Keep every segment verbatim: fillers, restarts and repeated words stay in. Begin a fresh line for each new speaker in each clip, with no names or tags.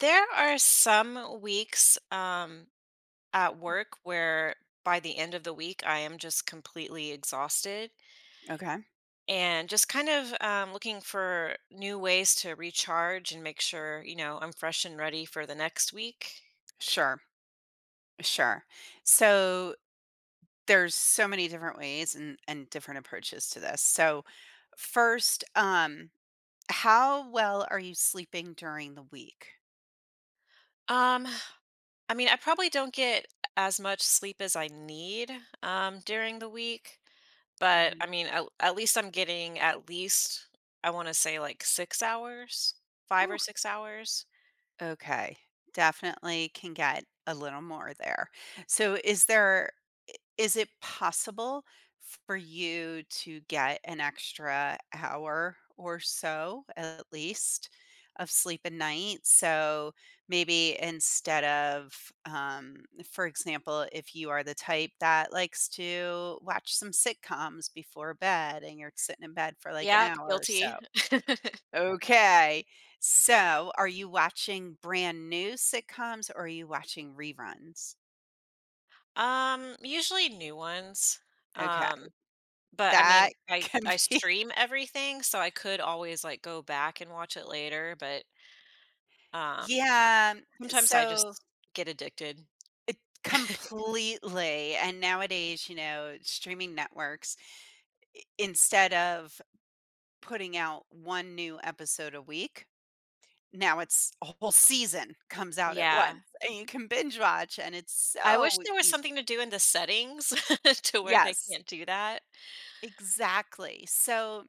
There are some weeks um, at work where by the end of the week, I am just completely exhausted
Okay.
and just kind of um, looking for new ways to recharge and make sure, you know, I'm fresh and ready for the next week.
Sure. Sure. So there's so many different ways and, and different approaches to this. So first, um, how well are you sleeping during the week?
Um, I mean, I probably don't get as much sleep as I need um, during the week, but
Hmm.
I mean, at, at least I'm getting at least, I want to say like six hours, five or six hours.
Okay, definitely can get a little more there. So is there i- is it possible for you to get an extra hour or so at least of sleep a night? So maybe instead of um for example, if you are the type that likes to watch some sitcoms before bed and you're sitting in bed for like an
Yeah,
hour or
guilty.
so. Okay. So, are you watching brand new sitcoms or are you watching reruns?
Um, usually new ones. Um,
Okay.
but I mean,
That
I
can
I
be.
stream everything, so I could always like go back and watch it later, but um
Yeah.
sometimes I
So,
just get addicted.
it completely and nowadays, you know, streaming networks i- instead of putting out one new episode a week, now it's a whole season comes out at
Yeah.
once and you can binge watch and it's
I wish
so
there was
easy.
something to do in the settings to where they
Yes.
can't do that.
Exactly. So,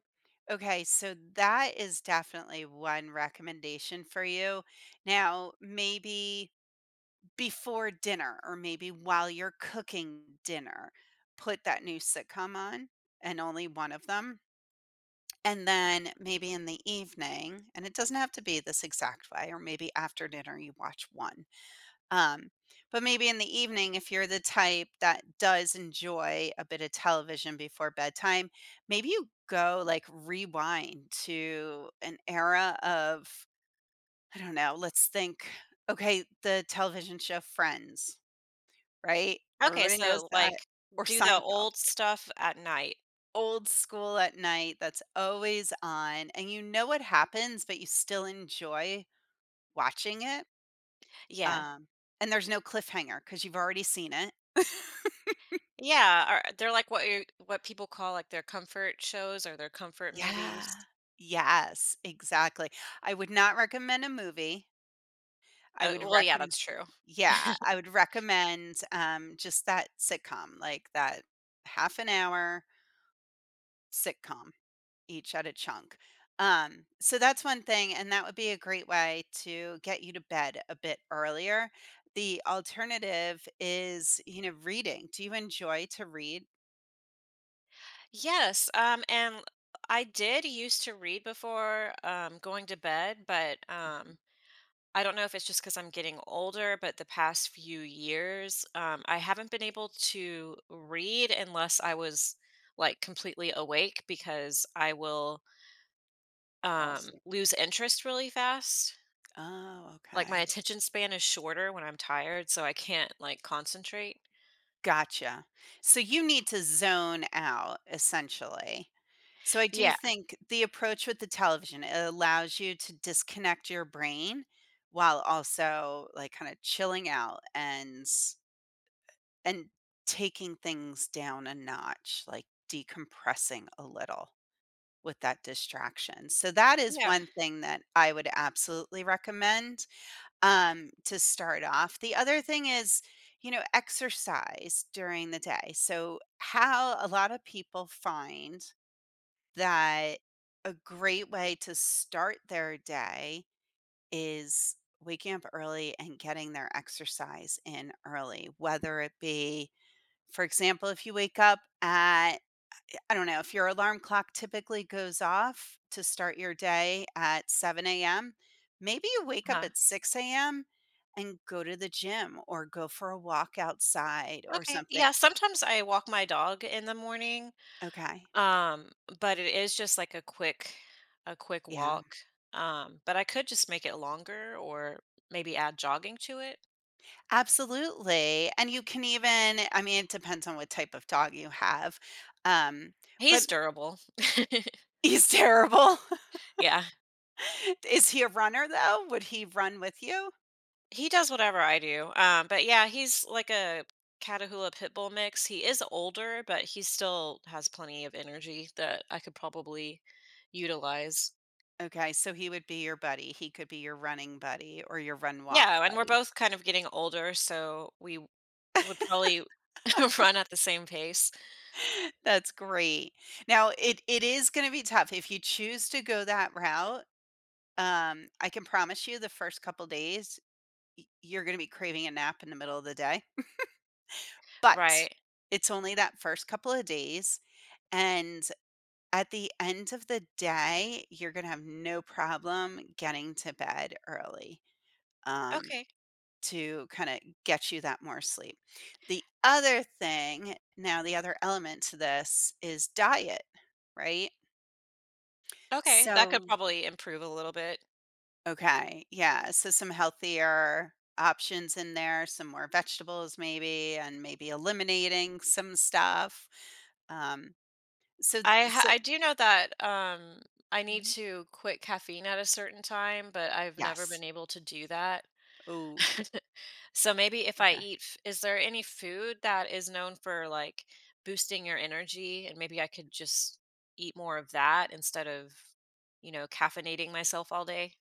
okay, so that is definitely one recommendation for you. Now, maybe before dinner or maybe while you're cooking dinner, put that new sitcom on and only one of them. And then maybe in the evening, and it doesn't have to be this exact way, or maybe after dinner, you watch one. Um, but maybe in the evening, if you're the type that does enjoy a bit of television before bedtime, maybe you go like rewind to an era of, I don't know, let's think, okay, the television show Friends, right?
Okay,
Everybody knows
so
that,
like
or
do the
Seinfeld.
old stuff at night.
Old school at night that's always on, and you know what happens, but you still enjoy watching it.
Yeah.
Um, and there's no cliffhanger because you've already seen it.
Yeah, Are they're like what you what people call like their comfort shows or their comfort
Yeah.
movies.
Yes, exactly. I would not recommend a movie. I
Uh,
would
well, yeah,
recomm
that's true.
Yeah, I would recommend, um, just that sitcom, like that half an hour sitcom each at a chunk. Um, so that's one thing, and that would be a great way to get you to bed a bit earlier. The alternative is, you know, reading. Do you enjoy to read?
Yes, um, and I did used to read before um, going to bed, but um,
Mhm.
I don't know if it's just because I'm getting older, but the past few years, um, I haven't been able to read unless I was like completely awake because I will
Fall
um,
asleep.
lose interest really fast.
Oh,
Like my
okay.
attention span is shorter when I'm tired, so I can't like concentrate.
Gotcha. So you need to zone out, essentially. So I do
Yeah,
think the approach with the television, it allows you to disconnect your brain while also like kind of chilling out and And taking things down a notch, like decompressing a little with that distraction. So that is
yeah.
one thing that I would absolutely recommend um, to start off. The other thing is, you know, exercise during the day. So, how a lot of people find that a great way to start their day is waking up early and getting their exercise in early, whether it be for example, if you wake up at I don't know, if your alarm clock typically goes off to start your day at seven a m, maybe you wake up at six a m and go to the gym or go for a walk outside or
Okay.
something.
Yeah, sometimes I walk my dog in the morning,
Okay.
um, but it is just like a quick a quick
Yeah.
walk. Um, but I could just make it longer or maybe add jogging to it.
Absolutely. And you can even I mean, it depends on what type of dog you have. Um,
He's
but
durable.
he's terrible.
Yeah.
Is he a runner though? Would he run with you?
He does whatever I do. Um, but yeah, he's like a Catahoula pit bull mix. He is older, but he still has plenty of energy that I could probably utilize.
Okay, so he would be your buddy. He could be your running buddy or your run walk
Yeah, and we're
buddy.
both kind of getting older, so we w would probably run at the same pace.
That's great. Now it it is going to be tough if you choose to go that route. Um, I can promise you the first couple days y- you're going to be craving a nap in the middle of the day, but
Right.
it's only that first couple of days and at the end of the day, you're going to have no problem getting to bed early. Um,
Okay.
to kind of get you that more sleep. The other thing, now the other element to this is diet, right?
Okay, that could
So,
probably improve a little bit.
okay, yeah. So some healthier options in there, some more vegetables maybe, and maybe eliminating some stuff. Um, so,
I ha
so
I do know that, um, I need
Mhm.
to quit caffeine at a certain time, but I've never been
Yes.
able to do that.
Oh,
So maybe if I
okay.
eat f is there any food that is known for, like, boosting your energy, and maybe I could just eat more of that instead of, you know, caffeinating myself all day?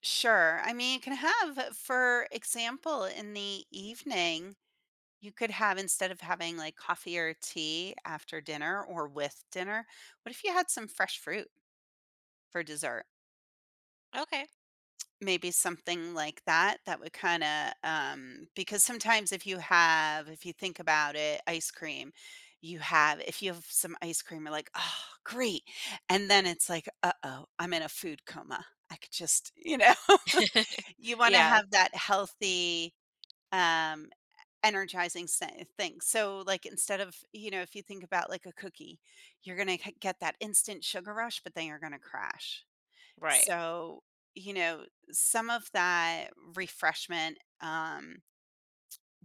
Sure. I mean, you can have, for example, in the evening, you could have instead of having, like, coffee or tea after dinner or with dinner, what if you had some fresh fruit for dessert?
Okay.
Maybe something like that that would kinda, um because sometimes if you have if you think about it, ice cream, you have if you have some ice cream, you're like, "Oh, great." And then it's like, "Uh-oh, I'm in a food coma. I could just" you know? You wanna
Yeah,
have that healthy, um energizing se- things. So, like, instead of, you know, if you think about like a cookie, you're going to get that instant sugar rush, but then you're going to crash.
right.
So, you know, some of that refreshment, um,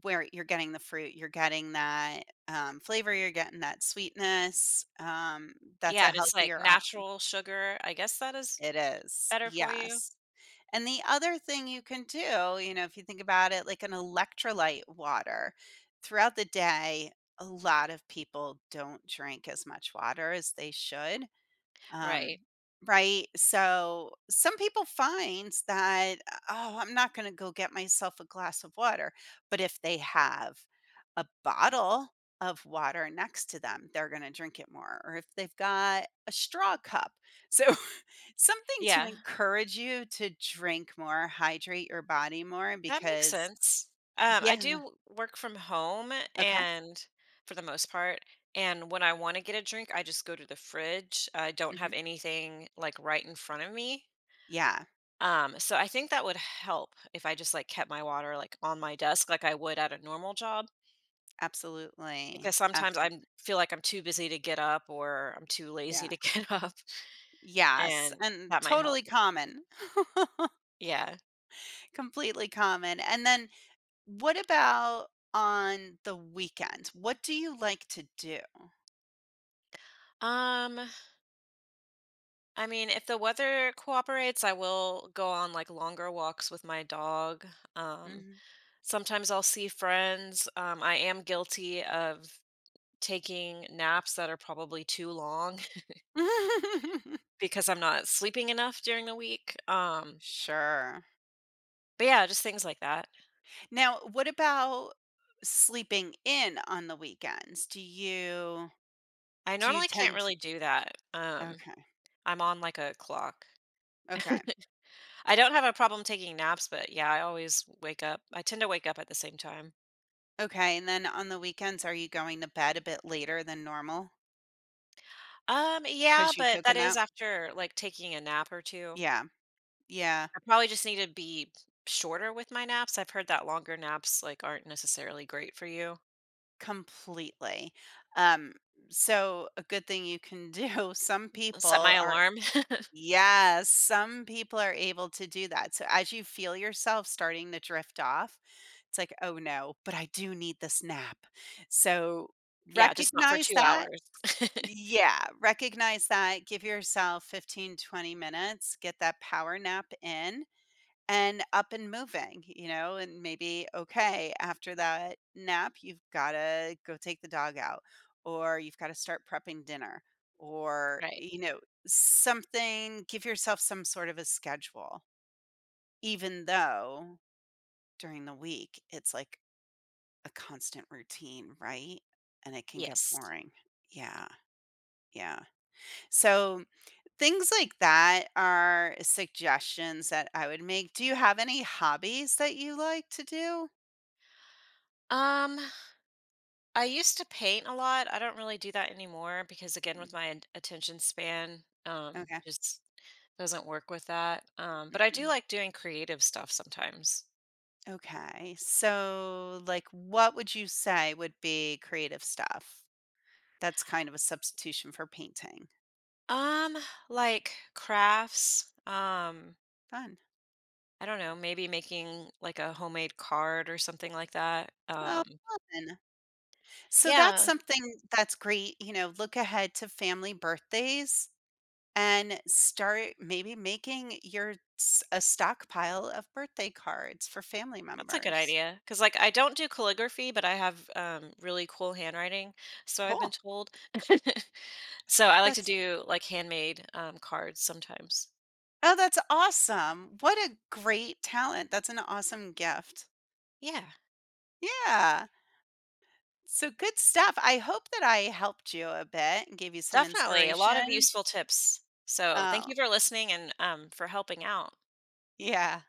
where you're getting the fruit, you're getting that um, flavor, you're getting that sweetness. Um, that's
Yeah,
a
and it's like
healthier option.
natural sugar. I guess that is
It is.
better for you.
Yes. And the other thing you can do, you know, if you think about it, like an electrolyte water throughout the day, a lot of people don't drink as much water as they should. Um,
Right.
right? So some people find that, oh, I'm not going to go get myself a glass of water. But if they have a bottle of water next to them, they're going to drink it more. Or if they've got a straw cup. So something to
Yeah,
encourage you to drink more, hydrate your body more
that makes
because,
sense. Um, I
yeah,
do work from home
okay.
and for the most part, and when I want to get a drink, I just go to the fridge. I don't have
Hmm.
anything like right in front of me.
Yeah,
Um, so I think that would help if I just like kept my water like on my desk like I would at a normal job because
absolutely.
sometimes I
Absolutely.
feel like I'm too busy to get up or I'm too lazy
Yeah.
to get up.
Yes.
And
And
that might help.
totally common.
Yeah.
Completely common, and then what about on the weekends? What do you like to do?
Um, I mean, if the weather cooperates, I will go on like longer walks with my dog. Um,
Mhm.
sometimes I'll see friends. Um, I am guilty of taking naps that are probably too long because I'm not sleeping enough during the week. Um,
Sure.
but yeah, just things like that.
Now, what about sleeping in on the weekends? Do you
I
do you
normally can't
tend to
really do that. Um,
Okay,
I'm on like a clock.
okay,
I don't have a problem taking naps, but yeah, I always wake up. I tend to wake up at the same time.
okay, and then on the weekends, are you going to bed a bit later than normal
Um, yeah,
because you
but
took a
that is
nap?
after, like, taking a nap or two.
Yeah, yeah,
I probably just need to be shorter with my naps. I've heard that longer naps, like, aren't necessarily great for you.
completely. Um, so a good thing you can do, some
Set my
people are
alarm.
Yes, some people are able to do that. So as you feel yourself starting to drift off, it's like, "Oh, no, but I do need this nap." So
Yeah, just not for
recognize
two
that.
hours.
Yeah, recognize that. Give yourself fifteen, twenty minutes, get that power nap in and up and moving, you know, and maybe, okay, after that nap, you've got to go take the dog out or you've got to start prepping dinner or,
Right.
you know, something, give yourself some sort of a schedule, even though during the week it's like a constant routine, right? And it can get
Yes.
boring. Yeah. Yeah. So things like that are suggestions that I would make. Do you have any hobbies that you like to do?
Um, I used to paint a lot. I don't really do that anymore because, again,
Mm,
with my an attention span, um,
okay,
just doesn't work with that. Um, but I do
mhm,
like doing creative stuff sometimes.
okay, so, like, what would you say would be creative stuff that's kind of a substitution for painting?
Um, like crafts, um
Fun.
I don't know, maybe making like a homemade card or something like that.
Oh,
Um,
fun. So that's
yeah,
something that's great, you know, look ahead to family birthdays and start maybe making your s a stockpile of birthday cards for family
that's a good
members.
idea. Cause like I don't do calligraphy, but I have um, really cool handwriting. So I've been
Cool.
told. So I like to
That's
do like handmade um, cards sometimes.
oh, that's awesome. What a great talent. That's an awesome gift.
Yeah,
Yeah. So good stuff. I hope that I helped you a bit and gave you some
definitely. A lot of
inspiration.
useful tips. So thank
Oh,
you for listening and um, for helping out.
yeah.